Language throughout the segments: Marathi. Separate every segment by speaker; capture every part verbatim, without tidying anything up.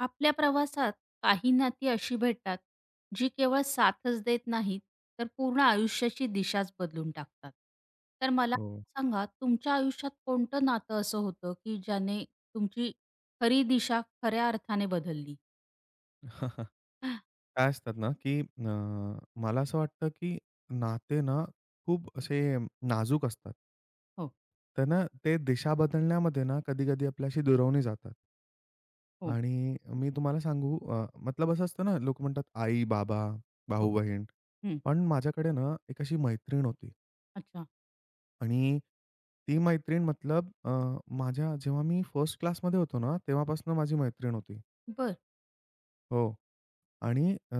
Speaker 1: आपल्या प्रवासात काही नाती अशी भेटतात, जी केवळ साथच देत नाहीत, तर पूर्ण आयुष्याची दिशाच बदलून टाकतात. तर मला
Speaker 2: हो.
Speaker 1: सांगा, तुमच्या आयुष्यात कोणतं नातं असं होतं की ज्याने तुमची खरी दिशा खऱ्या अर्थाने बदलली?
Speaker 2: काय असतात ना, की अ, मला असं वाटतं, की नाते ना खूप असे नाजूक असतात.
Speaker 1: हो.
Speaker 2: तर ना, ते दिशा बदलण्यामध्ये ना, कधी-कधी आपल्याशी दुरावली जातात.
Speaker 1: हो.
Speaker 2: आणि मी तुम्हाला सांगू अ, मतलब असं असतं ना, लोकं म्हणतात आई, बाबा,
Speaker 1: हो.
Speaker 2: भाऊ-बहीण.
Speaker 1: हं.
Speaker 2: पण माझ्याकडे ना, एक अशी मैत्रीण होती
Speaker 1: अच्छा.
Speaker 2: आणि ती मैत्रीण मतलब अ, माझ्या जेव्हा मी फर्स्ट क्लासमध्ये होतो ना, तेव्हापासून माझी मैत्रीण होती.
Speaker 1: बर.
Speaker 2: हो. आणि अ,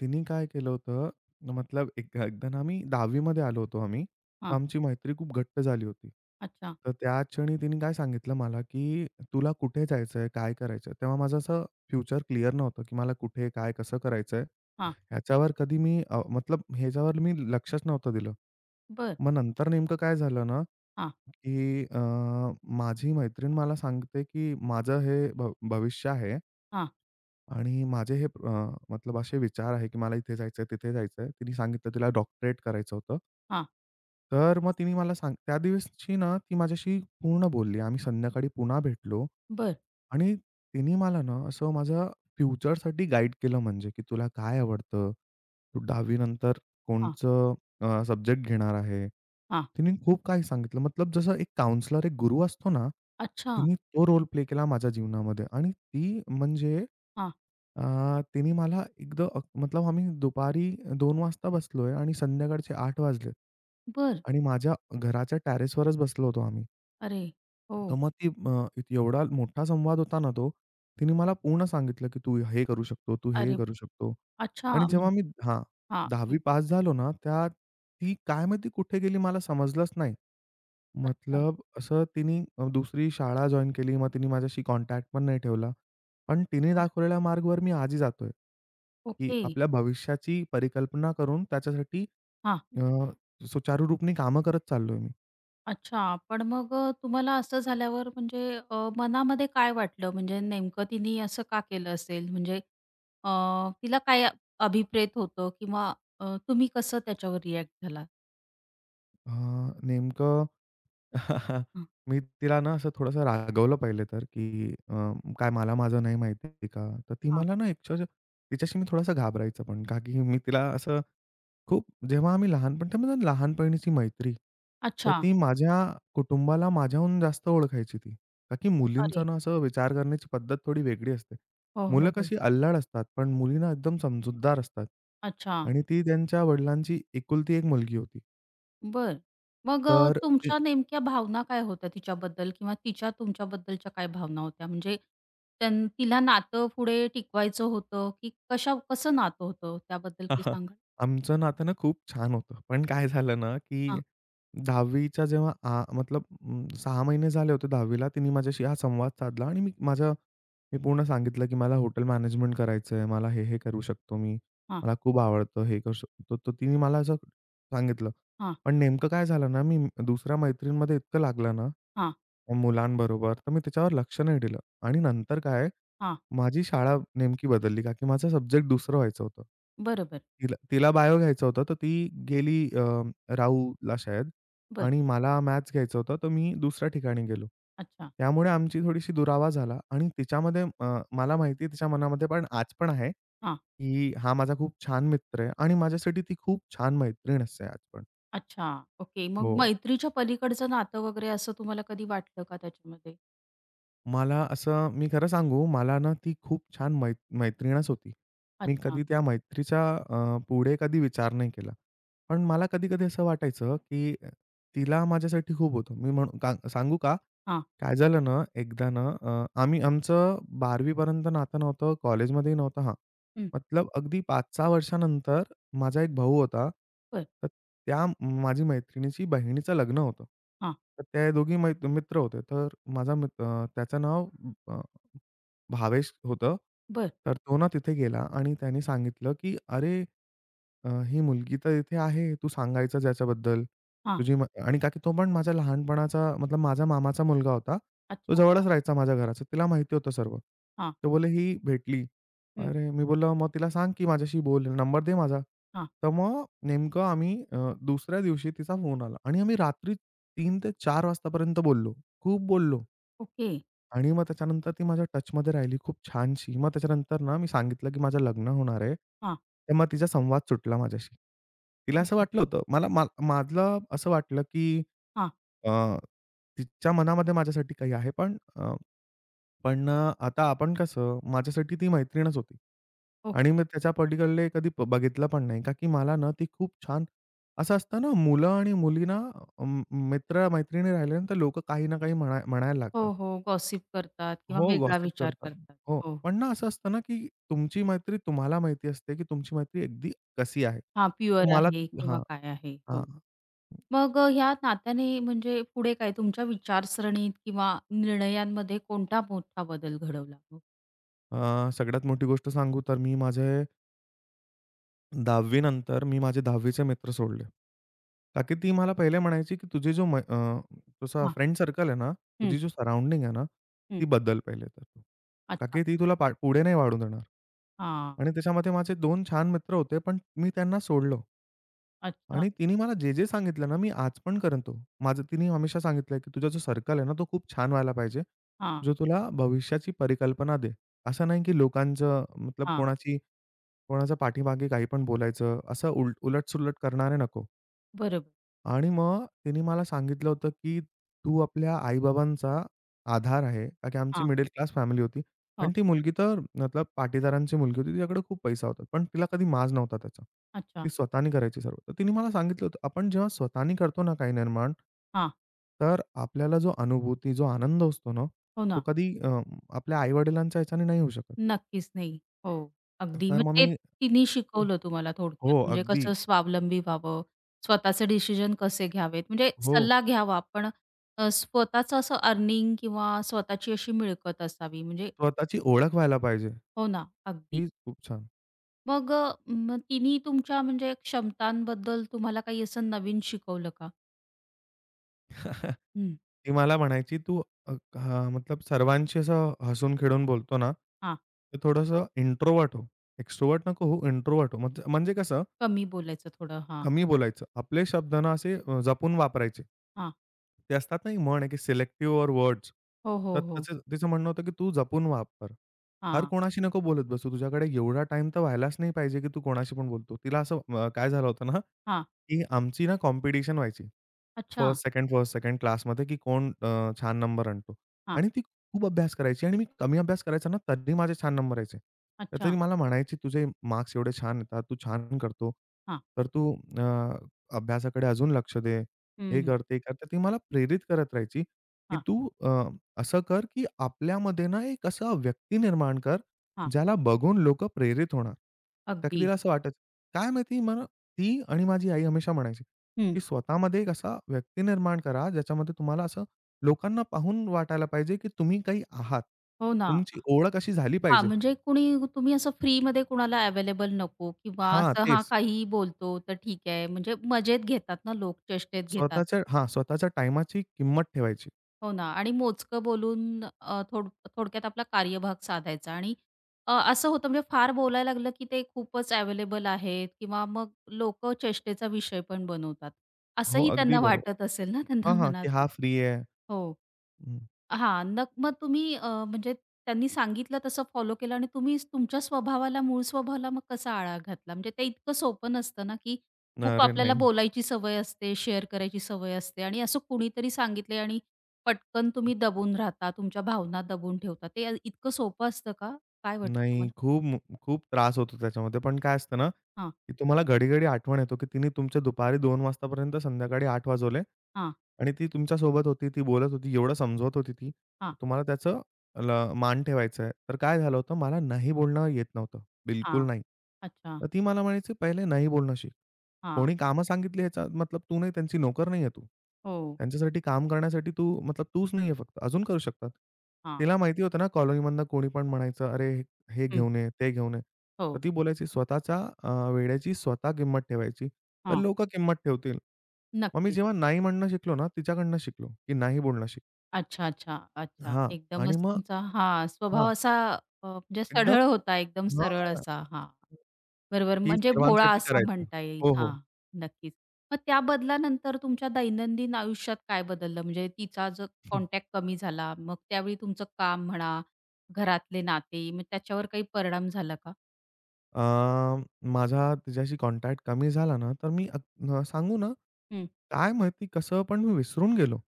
Speaker 2: तिने काय केलं होतं, मतलब एक एकदा ना आम्ही 10वी मध्ये आलो होतो आम्ही. तर
Speaker 1: हां.
Speaker 2: आमची मैत्री खूप घट्ट झाली होती.
Speaker 1: अच्छा.
Speaker 2: तर त्या क्षणी तिने काय सांगितलं मला, की "तुला कुठे जायचंय? काय करायचंय?" तेव्हा माझं असं फ्युचर क्लिअर नव्हतं, की मला कुठे, काय, कसं करायचंय?
Speaker 1: हां.
Speaker 2: ह्याच्यावर कधी मी अ, मतलब ह्याच्यावर मी लक्षच नव्हतं दिलं.
Speaker 1: बर.
Speaker 2: मग नंतर नेमकं काय झालं ना,
Speaker 1: हां.
Speaker 2: की अ, माझी मैत्रीण मला सांगते, की "माझं हे भ भविष्य आहे.
Speaker 1: हां.
Speaker 2: आणि माझे हे अ, मतलब असे विचार आहे, की मला इथे जायचंय, तिथे जायचंय. तिने सांगितलं तिला डॉक्टरेट करायचं होतं.
Speaker 1: हां.
Speaker 2: तर मग तिने मला सांग त्या दिवशी ना, ती माझ्याशी पूर्ण बोलली. आम्ही संध्याकाळी पुन्हा भेटलो
Speaker 1: बर.
Speaker 2: आणि तिने मला ना, असं माझ्या फ्युचरसाठी गाईड केलं म्हणजे, की तुला काय आवडतं? तू 10वी नंतर
Speaker 1: हां.
Speaker 2: कोणचं अ, सब्जेक्ट घेणार आहे.
Speaker 1: हां.
Speaker 2: तिने खूप काही सांगितलं. मतलब जसं एक काउंसलर, एक गुरु असतो ना,
Speaker 1: अच्छा.
Speaker 2: तिने तो रोल प्ले केला माझ्या जीवनामध्ये आणि ती म्हणजे
Speaker 1: हां.
Speaker 2: अ, तिने मला एकदा अ, मतलब आम्ही दुपारी दोन वाजता बसलोय आणि संध्याकाळचे आठ वाजलेत
Speaker 1: बर.
Speaker 2: आणि माझ्या घराच्या टेरेसवरच बसलो होतो आम्ही.
Speaker 1: अरे. हो.
Speaker 2: तर मग ती अ, एवढा मोठा संवाद होता ना तो, तिने मला पूर्ण सांगितलं, की "तू हे करू शकतो, तू हे
Speaker 1: अरे.
Speaker 2: करू शकतो."
Speaker 1: अच्छा.
Speaker 2: आणि
Speaker 1: म्हण-
Speaker 2: जेव्हा मी हां,
Speaker 1: हां. हं.
Speaker 2: 10वी पास झालो ना, त्या ती काय माहिती कुठे गेली मला समजलंच नाही.
Speaker 1: अच्छा.
Speaker 2: मतलब असं तिने अ, दुसरी शाळा जॉइन केली. मग तिने माझ्याशी कॉन्टॅक्ट पण नाही ठेवला. पण तिने दाखवलेल्या मार्गवर मी आजही जातोय, की
Speaker 1: ओके.
Speaker 2: आपल्या भविष्याची परिकल्पना करून त्याच्यासाठी
Speaker 1: हां.
Speaker 2: अ, सुचारू रूपाने कामं करत चाललोय मी.
Speaker 1: अच्छा. पण मग अ, तुम्हाला असं झाल्यावर म्हणजे अ, मनामध्ये काय वाटलं? म्हणजे नेमकं तिने असं का केलं असेल? म्हणजे अ, तिला काय अभिप्रेत होतं किंवा अ, तुम्ही कसं त्याच्यावर रिॲक्ट झालात?
Speaker 2: अ, नेमकं
Speaker 1: हं.
Speaker 2: मी तिला ना असं थोडंसं रागवलं पहिले तर, की अ, "काय मला माझं नाही माहिती का?" तर ती
Speaker 1: हां.
Speaker 2: मला ना ॲक्चुअली तिच्याशी मी थोडासा घाबरायचं पण. का की मी तिला असं खूप जेव्हा आम्ही लहानपण तेव्हा ना लहानपणीची मैत्री. तर
Speaker 1: अच्छा.
Speaker 2: ती माझ्या कुटुंबाला माझ्याहून जास्त ओळखायची ती. का की मुलींचा
Speaker 1: अरे!
Speaker 2: ना असं विचार करण्याची पद्धत थोडी वेगळी असते.
Speaker 1: हो,
Speaker 2: मुलं
Speaker 1: हो, हो.
Speaker 2: कशी अल्लड असतात, पण मुली एकदम समजूतदार असतात.
Speaker 1: अच्छा.
Speaker 2: आणि ती त्यांच्या वडिलांची एकुलती एक मुलगी होती.
Speaker 1: बरं. मग अ,
Speaker 2: तर
Speaker 1: तुमच्या नेमक्या भावना काय होत्या तिच्याबद्दल किंवा तिच्या तुमच्याबद्दलच्या काय भावना होत्या? म्हणजे त्यां तिला नातं पुढे टिकवायचं होतं की कशा कसं नातं होतं त्याबद्दल
Speaker 2: हां,
Speaker 1: काही
Speaker 2: हां.
Speaker 1: सांगाल?
Speaker 2: आमचं नातं ना खूप छान होतं. पण काय झालं ना, की 10वीच्या जेव्हा आ मतलब अं, सहा महिने झाले होते 10वीला तिने माझ्याशी हा संवाद साधला आणि मी माझ्या मी पूर्ण सांगितलं, की मला हॉटेल मॅनेजमेंट करायचं आहे. मला हे, हे करू शकतो मी.
Speaker 1: हां,
Speaker 2: मला खूप आवडतं हे करू शकतो. तर तिने मला असं सांगितलं.
Speaker 1: हां,
Speaker 2: पण नेमकं काय झालं ना, मी दुसऱ्या मैत्रीणमध्ये इतकं लागलं ना,
Speaker 1: हां,
Speaker 2: मुलांबरोबर, तर मी त्याच्यावर लक्ष नाही दिलं आणि नंतर काय
Speaker 1: हां.
Speaker 2: माझी शाळा नेमकी बदलली का की माझा सब्जेक्ट दुसरं व्हायचं होतं.
Speaker 1: बरोबर.
Speaker 2: तिला तिला बायो घ्यायचं होतं, तर ती गेली अ, राऊला शायद.
Speaker 1: बरं.
Speaker 2: आणि मला मॅथ्स घ्यायचं होतं, तर मी दुसऱ्या ठिकाणी गेलो.
Speaker 1: अच्छा.
Speaker 2: त्यामुळे आमची थोडीशी दुरावा झाला आणि तिच्यामध्ये अ, मला माहिती आहे तिच्या मनामध्ये पण आज पण आहे,
Speaker 1: हां.
Speaker 2: की हा माझा खूप छान मित्र आहे आणि माझ्यासाठी ती खूप छान मैत्रीण असते आज पण.
Speaker 1: अच्छा. ओके.
Speaker 2: हो.
Speaker 1: मग मैत्रीच्या पलीकडचं नातं वगैरे असं तुम्हाला कधी वाटलं का त्याच्यामध्ये?
Speaker 2: मला असं मी खरं सांगू, मला ना ती खूप छान मै मैत्रीणच होती. मी
Speaker 1: अच्छा.
Speaker 2: कधी त्या मैत्रीच्या अ, पुढे कधी विचार नाही केला. पण मला
Speaker 1: ओके.
Speaker 2: कधी-कधी असं वाटायचं, की तिला माझ्यासाठी खूप होतं. मी म्हणू का सांगू का?
Speaker 1: हां.
Speaker 2: काय झालं ना, एकदा ना अ, आम्ही आमचं 12वी पर्यंत नातं नव्हतं, कॉलेजमध्येही नव्हतं हां.
Speaker 1: हं.
Speaker 2: मतलब अगदी पाच सहा वर्षानंतर माझा एक भाऊ होता.
Speaker 1: बरं.
Speaker 2: तर त्या माझी मैत्रिणीची बहिणीचं लग्न होतं.
Speaker 1: हां.
Speaker 2: तर ते दोघी मै मित्र होते. तर माझा मित्र अ, त्याचं नाव अ, भावेश होतं.
Speaker 1: बरं.
Speaker 2: तर तो ना तिथे गेला आणि त्याने सांगितलं, की "अरे अ, ही मुलगी तर इथे आहे, तू सांगायचं ज्याच्याबद्दल.
Speaker 1: हां.
Speaker 2: तुझी म आणि का की तो पण माझ्या लहानपणाचा मतलब माझा मामाचा मुलगा होता.
Speaker 1: अच्छा,
Speaker 2: तो
Speaker 1: अच्छा.
Speaker 2: जवळच राहायचा माझ्या घराच्या. तिला माहिती होतं सर्व.
Speaker 1: हां.
Speaker 2: ते बोलले, "ही भेटली."
Speaker 1: हं.
Speaker 2: अरे, मी बोललो, "मग तिला सांग की माझ्याशी बोल, नंबर दे माझा."
Speaker 1: हां.
Speaker 2: तर मग नेमकं आम्ही अ, दुसऱ्या दिवशी तिचा फोन आला आणि आम्ही रात्री तीन ते चार वाजतापर्यंत बोललो. खूप बोललो
Speaker 1: ओके.
Speaker 2: आणि मग त्याच्यानंतर ती माझ्या टचमध्ये राहिली खूप छानशी. मग त्याच्यानंतर ना, मी सांगितलं की माझं लग्न होणार आहे.
Speaker 1: हां.
Speaker 2: तर तिचा संवाद सुटला माझ्याशी. तिला
Speaker 1: हो,
Speaker 2: असं
Speaker 1: हो.
Speaker 2: वाटलं होतं. मला मा माझं असं वाटलं, की
Speaker 1: हां.
Speaker 2: अ, तिच्या मनामध्ये माझ्यासाठी काही आहे. पण अ, पण आता आपण कसं माझ्यासाठी ती मैत्रीणच होती. आणि
Speaker 1: ओके.
Speaker 2: मी त्याच्या पलीकडे कधी प- बघितलं पण नाही. का की मला ना ती खूप छान असं असतं ना मुलं आणि मुली ना अ, मित्र-मैत्रिणी राहिले ना, तर लोकं काही ना काही म्हणा म्हणायला
Speaker 1: हो,
Speaker 2: लागतात.
Speaker 1: हो. गॉसिप करतात किंवा
Speaker 2: हो,
Speaker 1: वेगळा
Speaker 2: गॉसिप
Speaker 1: विचार
Speaker 2: करतात.
Speaker 1: करतात.
Speaker 2: हो.
Speaker 1: हो.
Speaker 2: पण ना असं असतं ना, की तुमची मैत्री तुम्हाला माहिती असते, की तुमची मैत्री अगदी कशी आहे.
Speaker 1: हां.
Speaker 2: तर
Speaker 1: प्युअर
Speaker 2: मला
Speaker 1: आहे किंवा
Speaker 2: हां,
Speaker 1: काय आहे. हो.
Speaker 2: हां.
Speaker 1: मग अ, ह्या नात्याने म्हणजे पुढे काय तुमच्या विचारसरणीत किंवा निर्णयांमध्ये कोणता मोठा बदल घडवला मग?
Speaker 2: अ, सगळ्यात मोठी गोष्ट सांगू तर मी माझे 10वी नंतर मी माझे 10वी मित्र सोडले. का की ती मला पहिले म्हणायची, की तुझे जो मै अ, तुझा
Speaker 1: हां.
Speaker 2: फ्रेंड सर्कल आहे ना,
Speaker 1: हं,
Speaker 2: तुझी जो सराउंडिंग आहे ना,
Speaker 1: हं.
Speaker 2: ती बदल पहिले तर तू. का
Speaker 1: अच्छा.
Speaker 2: की ती तुला पा पुढे नाही वाढू देणार.
Speaker 1: हां.
Speaker 2: आणि त्याच्यामध्ये माझे दोन छान मित्र होते, पण मी त्यांना सोडलं.
Speaker 1: अच्छा.
Speaker 2: आणि तिने मला जे-जे सांगितलं ना, मी आज पण करेन तो. माझं तिने हमेशा सांगितलंय, की "तुझा जो सर्कल आहे ना, तो खूप छान व्हायला पाहिजे,
Speaker 1: हां,
Speaker 2: जो तुला भविष्याची परिकल्पना दे." असं नाही, की लोकांचं मतलब
Speaker 1: हां.
Speaker 2: कोणाची कोणाच्या पाठीमागे काही पण बोलायचं, असं उल उलट करणारे नको.
Speaker 1: बरोबर.
Speaker 2: आणि मग तिने मला सांगितलं होतं, की "तू आपल्या आई-बाबांचा आधार आहे." का की आमची
Speaker 1: हां.
Speaker 2: मिडल क्लास फॅमिली होती
Speaker 1: हो.
Speaker 2: आणि ती मुलगी तर मतलब पाटीदारांची मुलगी होती. तिच्याकडे खूप पैसा होता. पण तिला कधी माज नव्हता त्याचा.
Speaker 1: अच्छा.
Speaker 2: ती स्वतःनी करायची सर्व. तर तिने मला सांगितलं होतं, आपण जेव्हा स्वतःनी करतो ना काही निर्माण,
Speaker 1: हां.
Speaker 2: तर आपल्याला जो अनुभूती, जो आनंद असतो ना,
Speaker 1: हो
Speaker 2: तो
Speaker 1: ना.
Speaker 2: कधी अ, आपल्या आई-वडिलांच्या ह्याच्याने नाही होऊ शकत.
Speaker 1: नक्कीच नाही. हो. अगदी
Speaker 2: तर
Speaker 1: मग
Speaker 2: मग
Speaker 1: ते
Speaker 2: मी
Speaker 1: तिने शिकवलं तुम्हाला थोडक्यात
Speaker 2: हो,
Speaker 1: म्हणजे
Speaker 2: अगदी.
Speaker 1: कसं स्वावलंबी व्हावं, स्वतःचे डिसिजन कसे घ्यावेत म्हणजे
Speaker 2: हो,
Speaker 1: सल्ला घ्यावा, पण अ, स्वतःचं असं अर्निंग किंवा स्वतःची अशी मिळकत असावी म्हणजे
Speaker 2: स्वतःची ओळख व्हायला पाहिजे.
Speaker 1: हो ना, अगदी.
Speaker 2: ही खूप छान.
Speaker 1: मग अ, मग तिन्ही तुमच्या म्हणजे क्षमतांबद्दल तुम्हाला काही असं नवीन शिकवलं का? हं,
Speaker 2: ती मला म्हणायची, "तू अ, हां, मतलब सर्वांशी असं हसून-खेळून बोलतो ना,
Speaker 1: हां.
Speaker 2: तर थोडंसं इंट्रोव्हर्ट हो. एक्स्ट्रोव्हर्ट नको होऊ, इंट्रोव्हर्ट हो." म्हणजे म्हणजे कसं
Speaker 1: कमी बोलायचं थोडं. हां,
Speaker 2: कमी बोलायचं. आपले शब्द ना असे अ, जपून वापरायचे.
Speaker 1: हां.
Speaker 2: ते असतात ना, एक म्हण आहे की सिलेक्टिव्ह ओर वर्ड्स.
Speaker 1: हो,
Speaker 2: तर
Speaker 1: हो, हो.
Speaker 2: त्याचं तिचं म्हणणं होतं की "तू जपून वापर. हर
Speaker 1: हां,
Speaker 2: कोणाशी नको बोलत बसू. तुझ्याकडे एवढा टाईम तर व्हायलाच नाही पाहिजे की तू कोणाशी पण बोलतो." तिला असं अ, काय झालं होतं ना,
Speaker 1: हां.
Speaker 2: की आमची ना कॉम्पिटिशन व्हायची.
Speaker 1: अच्छा.
Speaker 2: फर्स्ट, सेकंड, फर्स्ट, सेकंड क्लासमध्ये, की कोण अ, छान नंबर आणतो.
Speaker 1: हां.
Speaker 2: आणि ती खूप अभ्यास करायची आणि मी कमी अभ्यास करायचा ना, तरी माझे छान नंबर यायचे. तर ती
Speaker 1: अच्छा.
Speaker 2: मला म्हणायची, "तुझे मार्क्स एवढे छान येतात, तू छान करतो,
Speaker 1: हां.
Speaker 2: तर तू अ, अभ्यासाकडे अजून लक्ष दे, हे
Speaker 1: हं.
Speaker 2: कर, ते कर." तर ती मला प्रेरित करत राहायची, की
Speaker 1: हां,
Speaker 2: "तू अ, असं कर, की आपल्यामध्ये ना एक असा व्यक्ती निर्माण कर,
Speaker 1: हां.
Speaker 2: ज्याला बघून लोकं प्रेरित होणार." का की
Speaker 1: अगदी.
Speaker 2: तिला असं वाटायचं. काय माहिती मला ती आणि माझी आई हमेशा म्हणायची.
Speaker 1: हं.
Speaker 2: की स्वतःमध्ये एक असा व्यक्ती निर्माण करा, ज्याच्यामध्ये तुम्हाला असं लोकांना पाहून वाटायला पाहिजे, की तुम्ही काही आहात.
Speaker 1: हो ना.
Speaker 2: तुमची ओळख अशी झाली
Speaker 1: हां,
Speaker 2: पाहिजे.
Speaker 1: म्हणजे कुणी तुम्ही असं फ्रीमध्ये कुणाला अवेलेबल नको किंवा
Speaker 2: हां,
Speaker 1: असं हां,
Speaker 2: तेच.
Speaker 1: काहीही बोलतो तर ठीक आहे. म्हणजे मजेत घेतात ना लोक, चेष्टेत घेतात.
Speaker 2: स्वतःच्या हां, स्वतःच्या टाईमाची किंमत ठेवायची.
Speaker 1: हो ना आणि मोजकं बोलून अ, थोड थोडक्यात आपला कार्यभाग साधायचा, आणि अ, असं होतं म्हणजे फार बोलायला लागलं की ते खूपच अवेलेबल आहेत किंवा मग लोक चेष्टेचा विषय पण बनवतात,
Speaker 2: हो,
Speaker 1: असंही
Speaker 2: अगदी
Speaker 1: त्यांना
Speaker 2: बरोबर.
Speaker 1: वाटत असेल ना त्यांना
Speaker 2: हां, हां, की हा
Speaker 1: मनातून.
Speaker 2: फ्री आहे.
Speaker 1: हो.
Speaker 2: हं.
Speaker 1: हां, नक मग तुम्ही अ, म्हणजे त्यांनी सांगितलं तसं फॉलो केलं आणि तुम्ही तुमच्या स्वभावाला, मूळ स्वभावाला मग कसा आळा घातला? म्हणजे ते इतकं सोपं नसतं ना, की खूप
Speaker 2: अरे
Speaker 1: आपल्याला
Speaker 2: नाही.
Speaker 1: बोलायची सवय असते, शेअर करायची सवय असते आणि असं कुणीतरी सांगितलंय आणि पटकन तुम्ही दबून राहता, तुमच्या भावना दबून ठेवता. ते इतकं सोपं असतं का? काय वाटतं
Speaker 2: नाही,
Speaker 1: तुम्हाला?
Speaker 2: खूप मो खूप त्रास होतो त्याच्यामध्ये. पण काय असतं ना,
Speaker 1: हां,
Speaker 2: की तुम्हाला घडी-घडी आठवण येतो, की तिने तुमचे दुपारी दोन वाजतापर्यंत संध्याकाळी आठ वाजवले
Speaker 1: हां,
Speaker 2: आणि ती तुमच्या सोबत होती, ती बोलत होती, एवढं समजवत होती ती.
Speaker 1: हां,
Speaker 2: तुम्हाला त्याचं ल मान ठेवायचं आहे. तर काय झालं होतं, मला नाही बोलणं येत नव्हतं,
Speaker 1: हां.
Speaker 2: बिलकुल नाही.
Speaker 1: अच्छा.
Speaker 2: तर ती मला म्हणायची, "पहिले नाही बोलणं शिक.
Speaker 1: हां.
Speaker 2: कोणी कामं सांगितली ह्याचा मतलब तू नाही त्यांची नोकर नाही आहे तू.
Speaker 1: हो.
Speaker 2: त्यांच्यासाठी काम करण्यासाठी तू मतलब तूच नाही आहे फक्त, अजून करू शकतात."
Speaker 1: हां.
Speaker 2: तिला माहिती होतं ना, कॉलनीमधनं कोणी पण म्हणायचं, "अरे, हे
Speaker 1: हं.
Speaker 2: घेऊन ये, ते घेऊन ये. तर
Speaker 1: हो.
Speaker 2: ती बोलायची स्वतःच्या अ, वेळेची स्वतः किंमत ठेवायची, तर
Speaker 1: हां.
Speaker 2: लोकं किंमत ठेवतील. मग मी
Speaker 1: नक्कीच.
Speaker 2: जेव्हा नाही म्हणणं शिकलो ना, तिच्याकडनं शिकलो, की नाही बोलणं शिक
Speaker 1: अच्छा, अच्छा, अच्छा.
Speaker 2: हां. आणि
Speaker 1: एकदमच
Speaker 2: मग
Speaker 1: तुमचा हां, स्वभाव
Speaker 2: हां,
Speaker 1: असा अ, म्हणजे
Speaker 2: एकदम
Speaker 1: सढळ होता, एकदम
Speaker 2: हां,
Speaker 1: सरळ
Speaker 2: हां,
Speaker 1: असा. हां, बरोबर.
Speaker 2: की
Speaker 1: म्हणजे भोळा
Speaker 2: सर्वांसाठी
Speaker 1: असा
Speaker 2: करायचं.
Speaker 1: म्हणता येईल.
Speaker 2: हो, हो.
Speaker 1: हां, नक्कीच. मग त्या बदलानंतर तुमच्या दैनंदिन आयुष्यात काय बदललं? म्हणजे तिचा जो कॉन्टॅक्ट कमी झाला, मग त्यावेळी तुमचं काम म्हणा, घरातले नाते, मग त्याच्यावर काही परिणाम झाला का?
Speaker 2: अ, माझा तिच्याशी कॉन्टॅक्ट कमी झाला ना, तर मी अ, सांगू ना,
Speaker 1: हं.
Speaker 2: काय माहिती कसं पण मी विसरून गेलो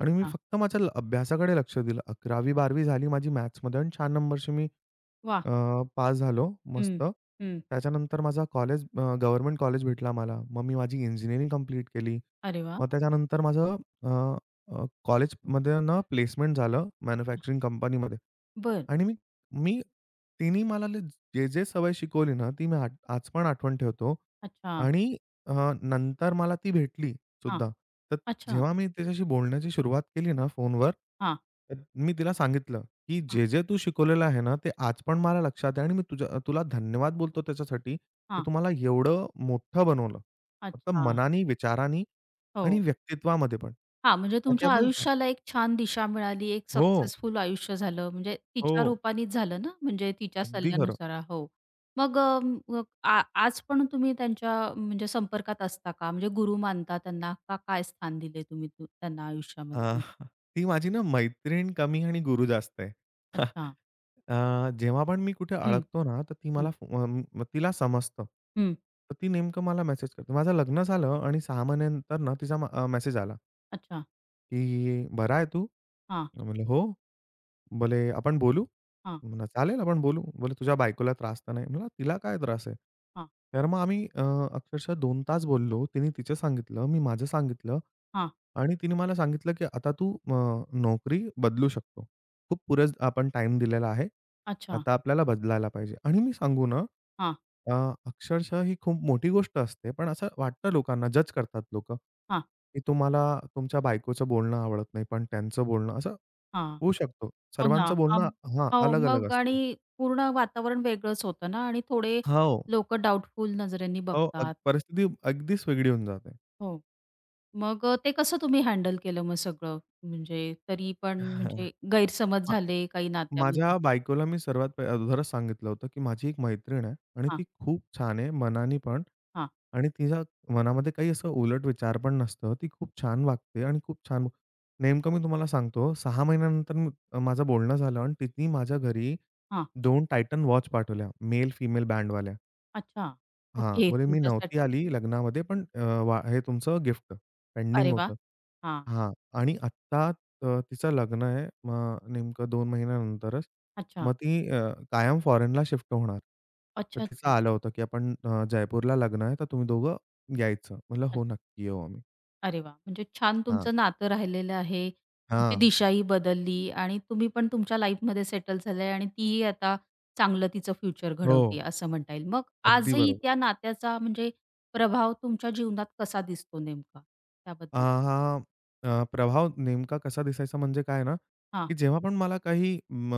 Speaker 2: आणि मी
Speaker 1: अच्छा.
Speaker 2: फक्त माझ्या अभ्यासाकडे लक्ष दिलं. 11वी-12वी झाली माझी मॅथ्समध्ये आणि छान नंबरशी मी
Speaker 1: वाह!
Speaker 2: अ, पास झालो
Speaker 1: हं,
Speaker 2: मस्त.
Speaker 1: हं.
Speaker 2: त्याच्यानंतर माझा कॉलेज अ, गव्हर्नमेंट कॉलेज भेटला मला. मग मी माझी इंजिनिअरिंग कंप्लीट केली.
Speaker 1: अरे वाह!
Speaker 2: मग त्याच्यानंतर माझं अ, अ, कॉलेजमध्ये ना प्लेसमेंट झालं
Speaker 1: अच्छा.
Speaker 2: मॅन्युफॅक्चरिंग कंपनीमध्ये.
Speaker 1: बरं.
Speaker 2: आणि मी मी तिनी मला ले जे-जे सवय शिकवली ना, ती मी आज आज पण आठवण ठेवतो.
Speaker 1: अच्छा.
Speaker 2: आणि अ, नंतर मला ती भेटली
Speaker 1: हां.
Speaker 2: सुद्धा. तर
Speaker 1: अच्छा.
Speaker 2: जेव्हा मी तिच्याशी बोलण्याची सुरुवात केली ना फोनवर,
Speaker 1: हां,
Speaker 2: तर मी तिला सांगितलं. की
Speaker 1: हां,
Speaker 2: जे-जे तू शिकवलेलं आहे ना, ते आज पण मला लक्षात आहे आणि मी तुझ्या तुला धन्यवाद बोलतो त्याच्यासाठी, की
Speaker 1: हां.
Speaker 2: तू मला एवढं मोठं बनवलं. फक्त
Speaker 1: अच्छा.
Speaker 2: मनानी, विचारानी आणि
Speaker 1: हो.
Speaker 2: व्यक्तित्वामध्ये पण.
Speaker 1: हां, म्हणजे
Speaker 2: ताकी
Speaker 1: तुमच्या
Speaker 2: आपण
Speaker 1: आयुष्याला एक छान दिशा मिळाली, एक
Speaker 2: हो,
Speaker 1: सक्सेसफुल आयुष्य झालं, म्हणजे
Speaker 2: हो.
Speaker 1: तिच्या रूपानेच झालं ना, म्हणजे तिच्या
Speaker 2: अगदी खरं.
Speaker 1: सल्ल्यानुसार हो. मग अ, मग आ आज पण तुम्ही त्यांच्या म्हणजे संपर्कात असता का? म्हणजे गुरु मानता त्यांना का काय स्थान दिले तुम्ही तू त्यांना
Speaker 2: अ,
Speaker 1: आयुष्यामध्ये तुमच्या?
Speaker 2: ती माझी ना मैत्रीण कमी आणि गुरु जास्त आहे.
Speaker 1: अच्छा.
Speaker 2: अ, जेव्हा पण मी कुठे
Speaker 1: हं,
Speaker 2: अडकतो ना, तर ती
Speaker 1: हं,
Speaker 2: मला फो- अं, म- तिला समजतं.
Speaker 1: हं.
Speaker 2: तर ती नेमकं मला मेसेज करते. माझं लग्न झालं आणि सहा महिन्यानंतर ना तिचा मेसेज आला.
Speaker 1: अच्छा.
Speaker 2: की "बरा आहे तू?"
Speaker 1: हां,
Speaker 2: मी म्हणलं, "हो." बोले, "आपण बोलू?"
Speaker 1: हां,
Speaker 2: म्हणलं, "चालेल आपण बोलू." बोले, "तुझ्या बायकोला त्रास तर नाही?" म्हणलं, "तिला काय त्रास आहे?"
Speaker 1: हां,
Speaker 2: तर मग आम्ही अ, अक्षरशः दोन तास बोललो. तिने तिचं सांगितलं, मी माझं सांगितलं
Speaker 1: हां.
Speaker 2: आणि तिने मला सांगितलं, की "आता तू अ, नोकरी बदलू शकतो. खूप पुरेच आपण टाईम दिलेला आहे.
Speaker 1: अच्छा.
Speaker 2: आता आपल्याला बदलायला पाहिजे." आणि मी सांगू ना,
Speaker 1: हां,
Speaker 2: अ, अक्षरशः ही खूप मोठी गोष्ट असते. पण असं वाटतं लोकांना, जज करतात लोकं,
Speaker 1: हां,
Speaker 2: की तुम्हाला तुमच्या बायकोचं बोलणं आवडत नाही, पण त्यांचं बोलणं असं
Speaker 1: हां.
Speaker 2: होऊ शकतो.
Speaker 1: हो ना.
Speaker 2: सर्वांचं
Speaker 1: हां,
Speaker 2: बोलणं हां,
Speaker 1: हो
Speaker 2: अलग-अलग
Speaker 1: मग आणि
Speaker 2: असतो.
Speaker 1: पूर्ण वातावरण वेगळंच होतं ना, आणि थोडे
Speaker 2: हो.
Speaker 1: लोकं डाऊटफुल नजरेने
Speaker 2: हो, अग
Speaker 1: बघतात.
Speaker 2: परिस्थिती अगदीच वेगळी होऊन जाते.
Speaker 1: हो. मग अ, ते कसं तुम्ही हँडल केलं मग सगळं? म्हणजे तरी पण
Speaker 2: हां,
Speaker 1: म्हणजे गैरसमज
Speaker 2: हां,
Speaker 1: झाले काही नात्यामध्ये?
Speaker 2: माझ्या बायकोला मी सर्वात प अगोदरच सांगितलं होतं, की माझी एक मैत्रीण आहे आणि
Speaker 1: हां,
Speaker 2: ती खूप छान आहे मनाने पण
Speaker 1: हां,
Speaker 2: आणि तिच्या मनामध्ये काही असं उलट विचार पण नसतं. ती खूप छान वागते आणि खूप छान नेमकं मी तुम्हाला सांगतो सहा महिन्यानंतर मी माझं बोलणं झालं आणि तिने माझ्या घरी
Speaker 1: हां.
Speaker 2: दोन Titan वॉच पाठवल्या, मेल-फिमेल बँडवाल्या.
Speaker 1: अच्छा.
Speaker 2: हां,
Speaker 1: ओके.
Speaker 2: बोले "मी नव्हती
Speaker 1: तुमच्यासाठी.
Speaker 2: आली लग्नामध्ये, पण अ, वा हे तुमचं गिफ्ट पेंडिंग
Speaker 1: अरे वाह!
Speaker 2: होतं."
Speaker 1: हां.
Speaker 2: हां. आणि आत्ता अ, तिचं लग्न आहे. मग नेमकं दोन महिन्यानंतरच.
Speaker 1: अच्छा.
Speaker 2: मग ती अ, कायम फॉरेनला शिफ्ट होणार. तर
Speaker 1: अच्छा,
Speaker 2: तिचं
Speaker 1: अच्छा.
Speaker 2: आलं होतं, की "आपण अ, जयपूरला लग्न आहे, तर तुम्ही दोघं यायचं." म्हटलं, "हो,
Speaker 1: अच्छा.
Speaker 2: नक्की येऊ आम्ही."
Speaker 1: अरे वाह! म्हणजे छान
Speaker 2: हां.
Speaker 1: तुमचं नातं राहिलेलं आहे. तुमची
Speaker 2: हां.
Speaker 1: दिशाही बदलली आणि तुम्ही पण तुमच्या लाईफमध्ये सेटल झाले आणि तीही आता चांगलं तिचं फ्युचर
Speaker 2: हो.
Speaker 1: घडवतीये असं म्हणता येईल. मग
Speaker 2: अगदी
Speaker 1: आजही
Speaker 2: बरोबर.
Speaker 1: त्या नात्याचा म्हणजे प्रभाव तुमच्या जीवनात कसा दिसतो नेमका?
Speaker 2: अ,
Speaker 1: त्याबद्दल
Speaker 2: हा अ, प्रभाव नेमका कसा दिसायचा म्हणजे काय ना,
Speaker 1: हां.
Speaker 2: की जेव्हा पण मला काही म,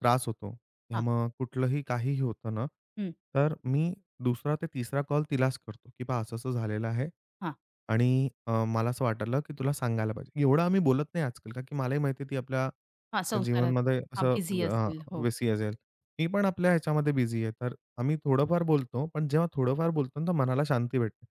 Speaker 2: त्रास होतो किंवा मग कुठलंही काहीही होतं ना,
Speaker 1: हं,
Speaker 2: तर मी दुसरा ते तिसरा कॉल तिलाच करतो, की "पहा असं-असं झालेलं आहे
Speaker 1: हां,
Speaker 2: आणि अ, मला असं वाटलं, की तुला सांगायला पाहिजे." एवढं आम्ही बोलत नाही आजकाल, का की मलाही माहिती आहे ती आपल्या
Speaker 1: हां, संसारात
Speaker 2: जीवनमध्ये
Speaker 1: हां,
Speaker 2: असं
Speaker 1: बिझी
Speaker 2: अ,
Speaker 1: असेल. हो,
Speaker 2: बिझी असेल. मी पण आपल्या ह्याच्यामध्ये बिझी आहे. तर आम्ही थोडंफार बोलतो, पण जेव्हा थोडंफार बोलतो ना, तर मनाला शांती भेटते.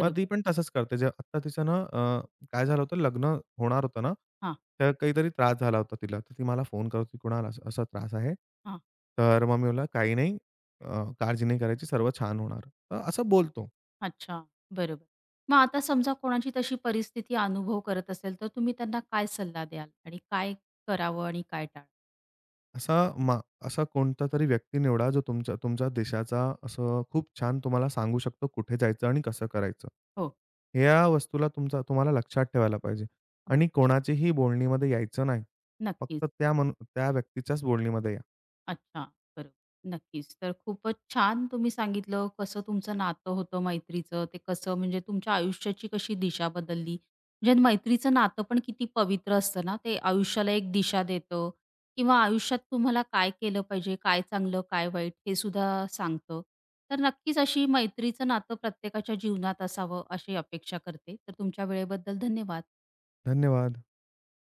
Speaker 2: मग ती पण तसंच करते. जे आत्ता तिचं ना अ, काय झालं होतं, लग्न होणार होतं ना,
Speaker 1: हां,
Speaker 2: तर काहीतरी त्रास झाला होता तिला. तर ती मला फोन करत होती, "कुणाल असा त्रास आहे."
Speaker 1: हां,
Speaker 2: तर मग मी बोलला, "काही नाही, अ, काळजी नाही करायची, सर्व छान होणार." तर असं बोलतो.
Speaker 1: अच्छा, बरोबर. मग आता समजा कोणाची तशी परिस्थिती अनुभव करत असेल, तर तुम्ही त्यांना काय सल्ला द्याल आणि काय करावं आणि काय टाळावं?
Speaker 2: असा मा असा कोणतातरी व्यक्ती निवडा, जो तुमच्या तुमच्या देशाचा असं खूप छान तुम्हाला सांगू शकतो कुठे जायचं आणि कसं करायचं.
Speaker 1: हो,
Speaker 2: ह्या वस्तूला तुमचा तुम्हाला लक्षात ठेवायला पाहिजे
Speaker 1: हो,
Speaker 2: आणि कोणाचीही बोलणीमध्ये यायचं नाही.
Speaker 1: नक्कीच.
Speaker 2: फक्त त्या मनु त्या व्यक्तीच्याच बोलणीमध्ये या.
Speaker 1: अच्छा, बरोबर. नक्कीच. तर खूपच छान तुम्ही सांगितलं कसं तुमचं नातं होतं मैत्रीचं. ते कसं म्हणजे तुमच्या आयुष्याची कशी दिशा बदलली. म्हणजे मैत्रीचं नातं पण किती पवित्र असतं ना, ते आयुष्याला एक दिशा देतं किंवा आयुष्यात तुम्हाला काय केलं पाहिजे, काय चांगलं, काय वाईट हे सुद्धा सांगतं. तर नक्कीच अशी मैत्रीचं नातं प्रत्येकाच्या जीवनात असावं अशी अपेक्षा करते. तर तुमच्या वेळेबद्दल धन्यवाद.
Speaker 2: धन्यवाद.